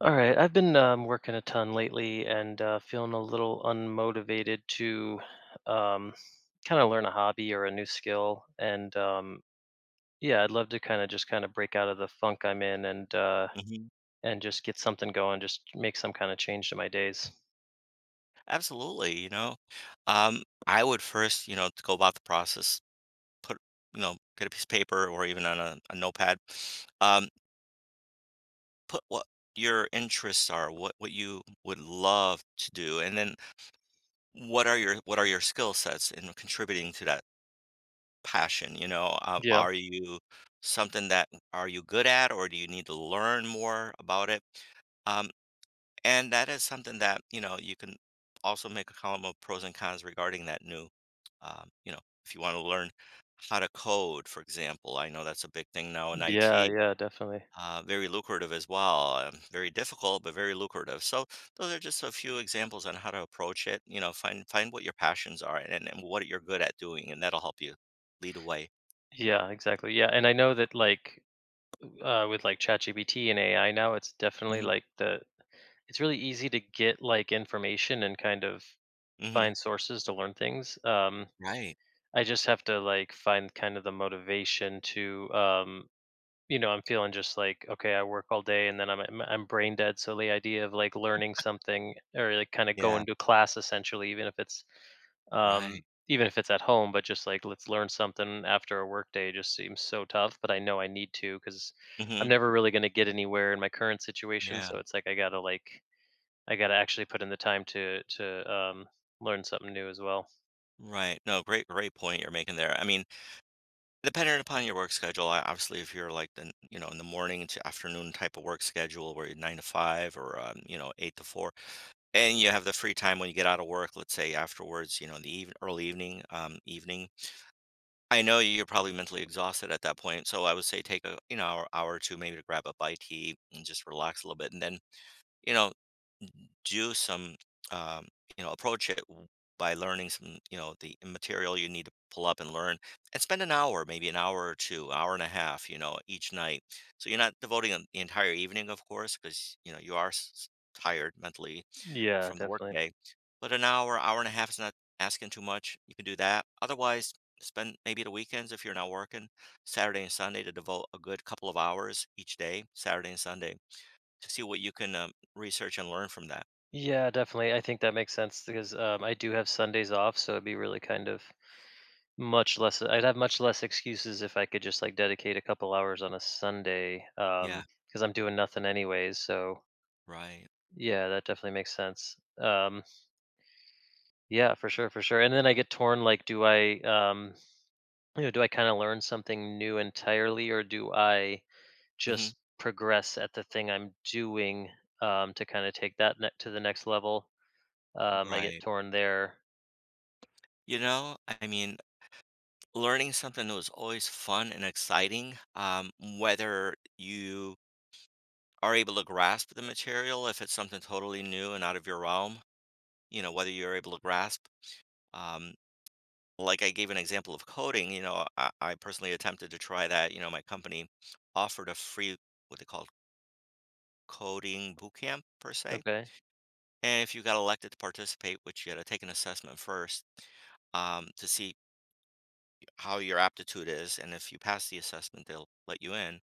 All right, I've been working a ton lately and feeling a little unmotivated to um, kind of learn a hobby or a new skill. And yeah, I'd love to kind of just kind of break out of the funk I'm in, and uh, Mhm. and just get something going, just make some kind of change to my days. Absolutely, I would first, to go about the process, put, you know, get a piece of paper or even on a notepad, um, put what your interests are, what you would love to do, and then what are your skill sets in contributing to that passion, you know? Yeah, Are you something that are you good at, or do you need to learn more about it? Um, and that is something that, you know, you can also make a column of pros and cons regarding that new, um, you know, if you want to learn how to code, for example. I know that's a big thing now in yeah, IT, yeah, definitely. Very lucrative as well. Very difficult, but very lucrative. So those are just a few examples on how to approach it. You know, find what your passions are, and what you're good at doing, and that'll help you lead the way. Yeah, exactly. Yeah, and I know that like with like ChatGPT and AI now, it's definitely hmm like the it's really easy to get like information and kind of hmm find sources to learn things. Right. I just have to like find kind of the motivation to, you know, I'm feeling just like okay, I work all day, and then I'm brain dead. So the idea of like learning something or like kind of Yeah. going to class essentially, um, Right. even if it's at home, but just like let's learn something after a work day just seems so tough. But I know I need to, because I'm hmm never really going to get anywhere in my current situation. Yeah. So it's like I gotta actually put in the time to learn something new as well. Right. No, great point you're making there. I mean, depending upon your work schedule, obviously, if you're like the, you know, in the morning to afternoon type of work schedule where you're 9 to 5 or, you know, 8 to 4, and you have the free time when you get out of work, let's say afterwards, you know, in the even early evening, evening. I know you're probably mentally exhausted at that point, so I would say take a, you know, hour, hour or two maybe to grab a bite to eat and just relax a little bit, and then, you know, do some, um, you know, approach it by learning some, you know, the material you need to pull up and learn, and spend an hour, maybe an hour or two, hour and a half, you know, each night. So you're not devoting the entire evening, of course, because you know you are tired mentally Yeah, from the definitely. workday. But an hour, hour and a half is not asking too much. You can do that. Otherwise, spend maybe the weekends if you're not working, Saturday and Sunday, to devote a good couple of hours each day, Saturday and Sunday, to see what you can, research and learn from that. Yeah, definitely. I think that makes sense, because I do have Sundays off, so it'd be really kind of much less. I'd have much less excuses if I could just like dedicate a couple hours on a Sunday Yeah, because I'm doing nothing anyways. So right. yeah, that definitely makes sense. Um, yeah, for sure, for sure. And then I get torn. Like, do I, you know, do I kind of learn something new entirely, or do I hmm just progress at the thing I'm doing to kind of take that to the next level? I get Right. torn there. You know, I mean, learning something that was always fun and exciting, whether you are able to grasp the material, if it's something totally new and out of your realm, you know, whether you're able to grasp. Um, like I gave an example of coding. You know, I personally attempted to try that. You know, my company offered a free what they called coding boot camp per se. Okay. And if you got elected to participate, which you had to take an assessment first, to see how your aptitude is, and if you pass the assessment, they'll let you in.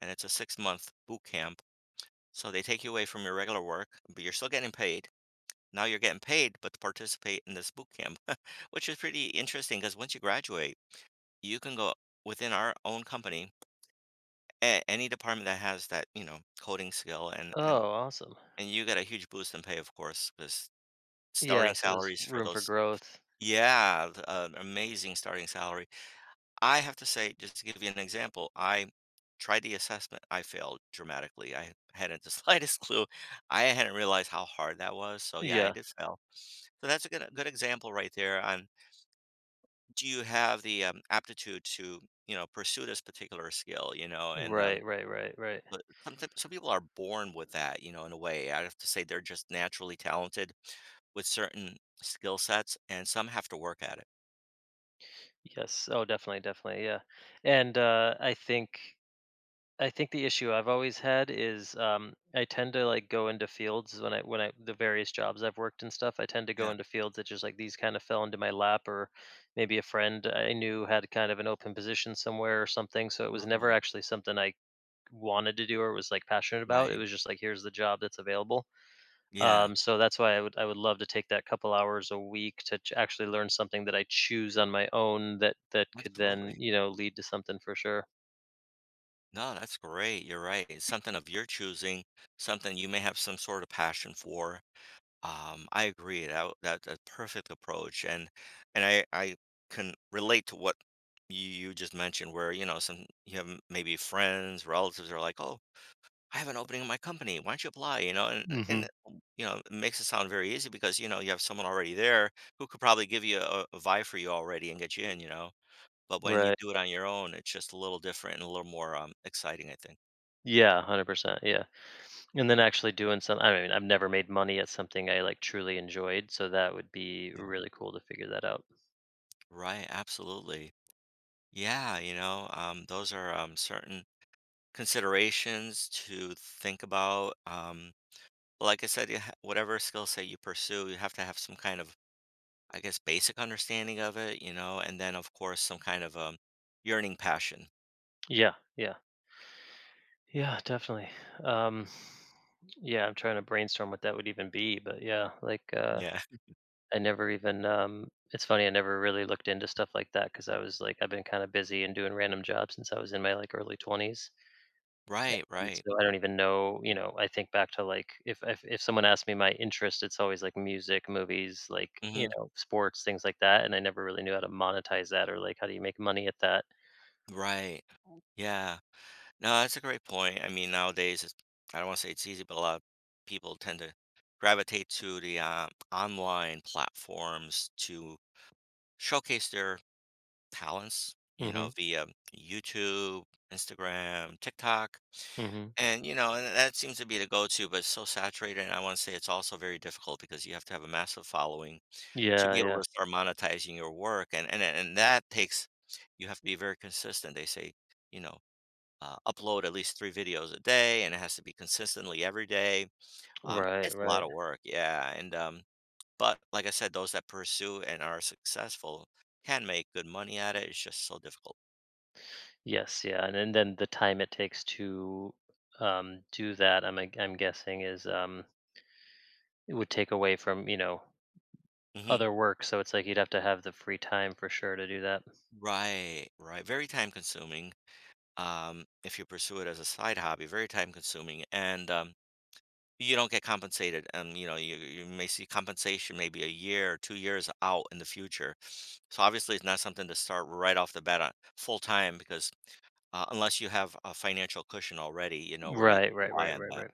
And it's a 6 month boot camp, so they take you away from your regular work, but you're still getting paid. Now you're getting paid, but to participate in this boot camp, which is pretty interesting because once you graduate, you can go within our own company any department that has that, you know, coding skill, and Oh, and awesome. and you get a huge boost in pay, of course, because Yeah, starting so there's salaries for room for those, growth. yeah, amazing starting salary. I have to say, just to give you an example, I tried the assessment. I failed dramatically. I hadn't the slightest clue. I hadn't realized how hard that was, so yeah, I Yeah. did fail. So that's a good example right there on do you have the, aptitude to, you know, pursue this particular skill, you know? And Right, right, right, right. But some people are born with that, you know, in a way. I have to say they're just naturally talented with certain skill sets, and some have to work at it. Yes. Oh, definitely, definitely. Yeah. And I think the issue I've always had is I tend to like go into fields when I the various jobs I've worked and stuff, I tend to go Yeah. into fields that just like these kind of fell into my lap, or maybe a friend I knew had kind of an open position somewhere or something, so it was never Oh, actually something I wanted to do or was like passionate about. It right. was just like here's the job that's available. Yeah, So that's why I would love to take that couple hours a week to actually learn something that I choose on my own, that that could then absolutely. you know lead to something for sure. No, that's great. You're right. It's something of your choosing, something you may have some sort of passion for. I agree. That's a perfect approach, and I can relate to what you just mentioned, where, you know, some you have maybe friends, relatives are like, oh, I have an opening in my company. Why don't you apply? You know? And hmm you know, it makes it sound very easy because, you know, you have someone already there who could probably give you a vibe for you already and get you in. You know, but when you Right. do it on your own, it's just a little different and a little more, exciting, I think. Yeah. 100%. Yeah. And then actually doing some. I mean, I've never made money at something I like truly enjoyed, so that would be Yeah. really cool to figure that out. Right, absolutely. Yeah, you know, those are, certain considerations to think about. Like I said, you whatever skill set you pursue, you have to have some kind of, I guess, basic understanding of it, you know, and then, of course, some kind of, yearning passion. Yeah. Yeah. Yeah, definitely. Um, yeah, I'm trying to brainstorm what that would even be, but yeah, like Yeah. I never even it's funny, I never really looked into stuff like that, because I was like I've been kind of busy and doing random jobs since I was in my like early 20s. Right, And right. so I don't even know, you know, I think back to like if someone asked me my interest, it's always like music, movies, like, you Mhm. know, sports, things like that, and I never really knew how to monetize that, or like how do you make money at that. Right. Yeah. No, that's a great point. I mean, nowadays, it's I don't wanna say it's easy, but a lot of people tend to gravitate to the, online platforms to showcase their talents, you know, Mhm. via YouTube, Instagram, TikTok. Mhm. And, you know, and that seems to be the go to, but it's so saturated. And I want to say it's also very difficult because you have to have a massive following to Yeah, be able yeah. to start monetizing your work. And that takes, you have to be very consistent. They say, you know, upload at least three videos a day, and it has to be consistently every day. Right, It's a lot right. of work. Yeah. And, but like I said, those that pursue and are successful can make good money at it. It's just so difficult. Yes, yeah. And then the time it takes to do that, I'm guessing is it would take away from, you know, Mhm. other work, so it's like you'd have to have the free time for sure to do that. Right, right. Very time consuming. If you pursue it as a side hobby, very time consuming, and you don't get compensated. And, you know, you may see compensation maybe a year or 2 years out in the future. So obviously, it's not something to start right off the bat on full time, because unless you have a financial cushion already, you know, where you Right, can right, rely right, on right, that. right.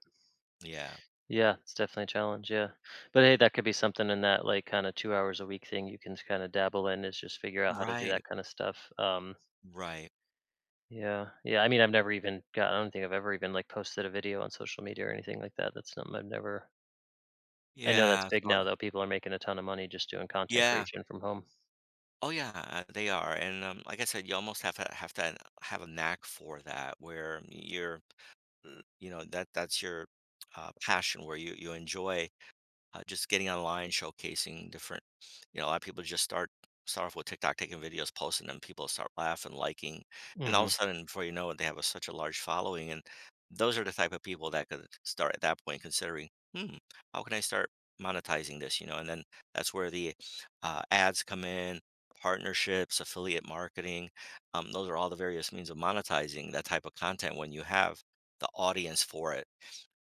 Yeah. Yeah, it's definitely a challenge, yeah. But hey, that could be something in that like kinda 2 hours a week thing you can kinda dabble in, is just figure out how to do Right. that kinda stuff. Right. Yeah, yeah, I mean, I've never even got I don't think I've ever even, like, posted a video on social media or anything like that. That's something I've never I know that's Yeah. big So, now, though. People are making a ton of money just doing content yeah. creation from home. Oh yeah, they are, and like I said, you almost have to have a knack for that, where you're, mm, you know, that's your, passion, where you enjoy, just getting online, showcasing different, you know, a lot of people just start off with TikTok, taking videos, posting them. People start laughing, liking, and all of a Mhm. sudden, before you know it, they have a, such a large following. And those are the type of people that could start at that point considering, hmm, how can I start monetizing this? You know, and then that's where the, ads come in, partnerships, affiliate marketing. Those are all the various means of monetizing that type of content when you have the audience for it,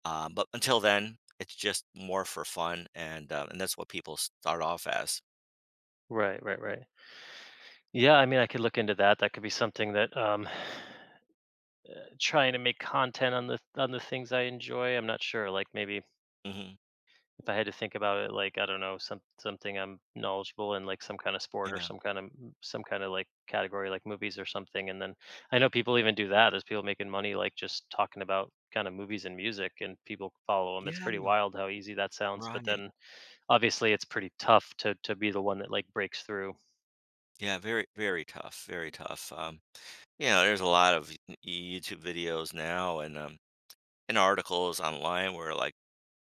but until then, it's just more for fun, and that's what people start off as. Right, right, right. Yeah, I mean, I could look into that. That could be something that, trying to make content on the things I enjoy. I'm not sure. Like maybe Mhm. if I had to think about it, like I don't know, some something I'm knowledgeable in, like some kind of sport or Yeah. Some kind of like category, like movies or something. And then I know people even do that. There's people making money like just talking about kind of movies and music, and people follow them. It's Yeah, pretty wild how easy that sounds. But right. then obviously it's pretty tough to be the one that like breaks through. Yeah, very, very tough, very tough. You know, there's a lot of y YouTube videos now, and articles online where, like,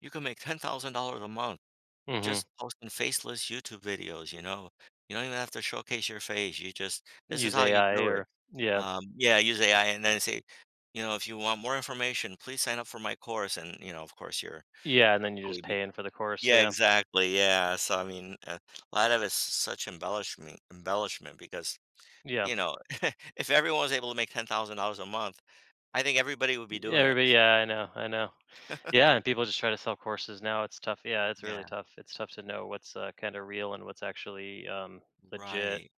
you can make $10,000 a month Hmm just posting faceless YouTube videos, you know? You don't even have to showcase your face, you just this is Use how you AI do it. or yeah, Yeah, I use AI and then I say, you know, if you want more information, please sign up for my course. And, you know, of course, you're yeah, and then you're probably just be, paying for the course. yeah, Yeah, exactly. Yeah. So, I mean, a lot of it's such embellishment because, yeah. you know, if everyone was able to make $10,000 a month, I think everybody would be doing it. Everybody yeah, I know, I know. Yeah, and people just try to sell courses now, it's tough. Yeah, it's really Yeah, tough. It's tough to know what's, kinda real and what's actually, legit. right.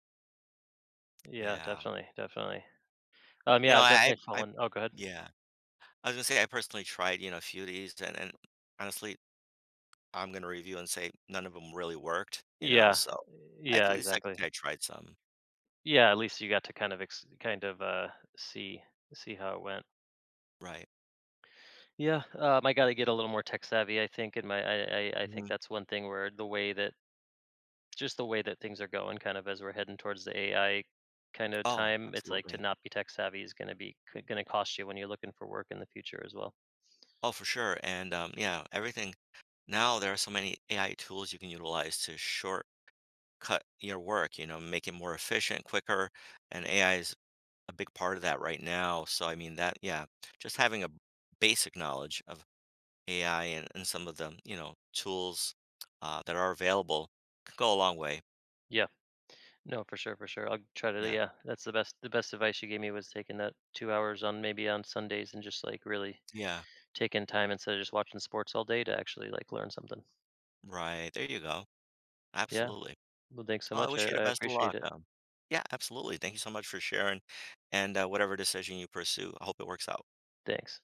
Yeah, Yeah. definitely, definitely. You Yeah, know, I've definitely fallen Oh, go ahead. yeah, I was gonna say I personally tried, you know, a few of these, and honestly, I'm gonna review and say none of them really worked, you know. Yeah. So at Yeah, least exactly. I tried some. Yeah, at least you got to kind of ex kind of, see see how it went. Right. Yeah, I gotta get a little more tech savvy, I think, and my I think Mhm. that's one thing where the way that just the way that things are going kind of as we're heading towards the AI kind of Oh, time, it's like to absolutely. not be tech savvy is going to be going to cost you when you're looking for work in the future as well. Oh, for sure. And yeah, everything now there are so many AI tools you can utilize to shortcut your work, you know, make it more efficient, quicker. And AI is a big part of that right now. So I mean that, yeah, just having a basic knowledge of AI, and some of the, you know, tools, that are available could go a long way. Yeah. No, for sure, for sure. I'll try to Yeah. yeah, that's the best advice you gave me was taking that 2 hours on maybe on Sundays and just like really Yeah. taking time instead of just watching sports all day to actually like learn something. Right. There you go. Yeah. Absolutely. Well, thanks so Well, I much. Wish you the I best of appreciate luck, it. um. Yeah, absolutely. Thank you so much for sharing, and, whatever decision you pursue, I hope it works out. Thanks.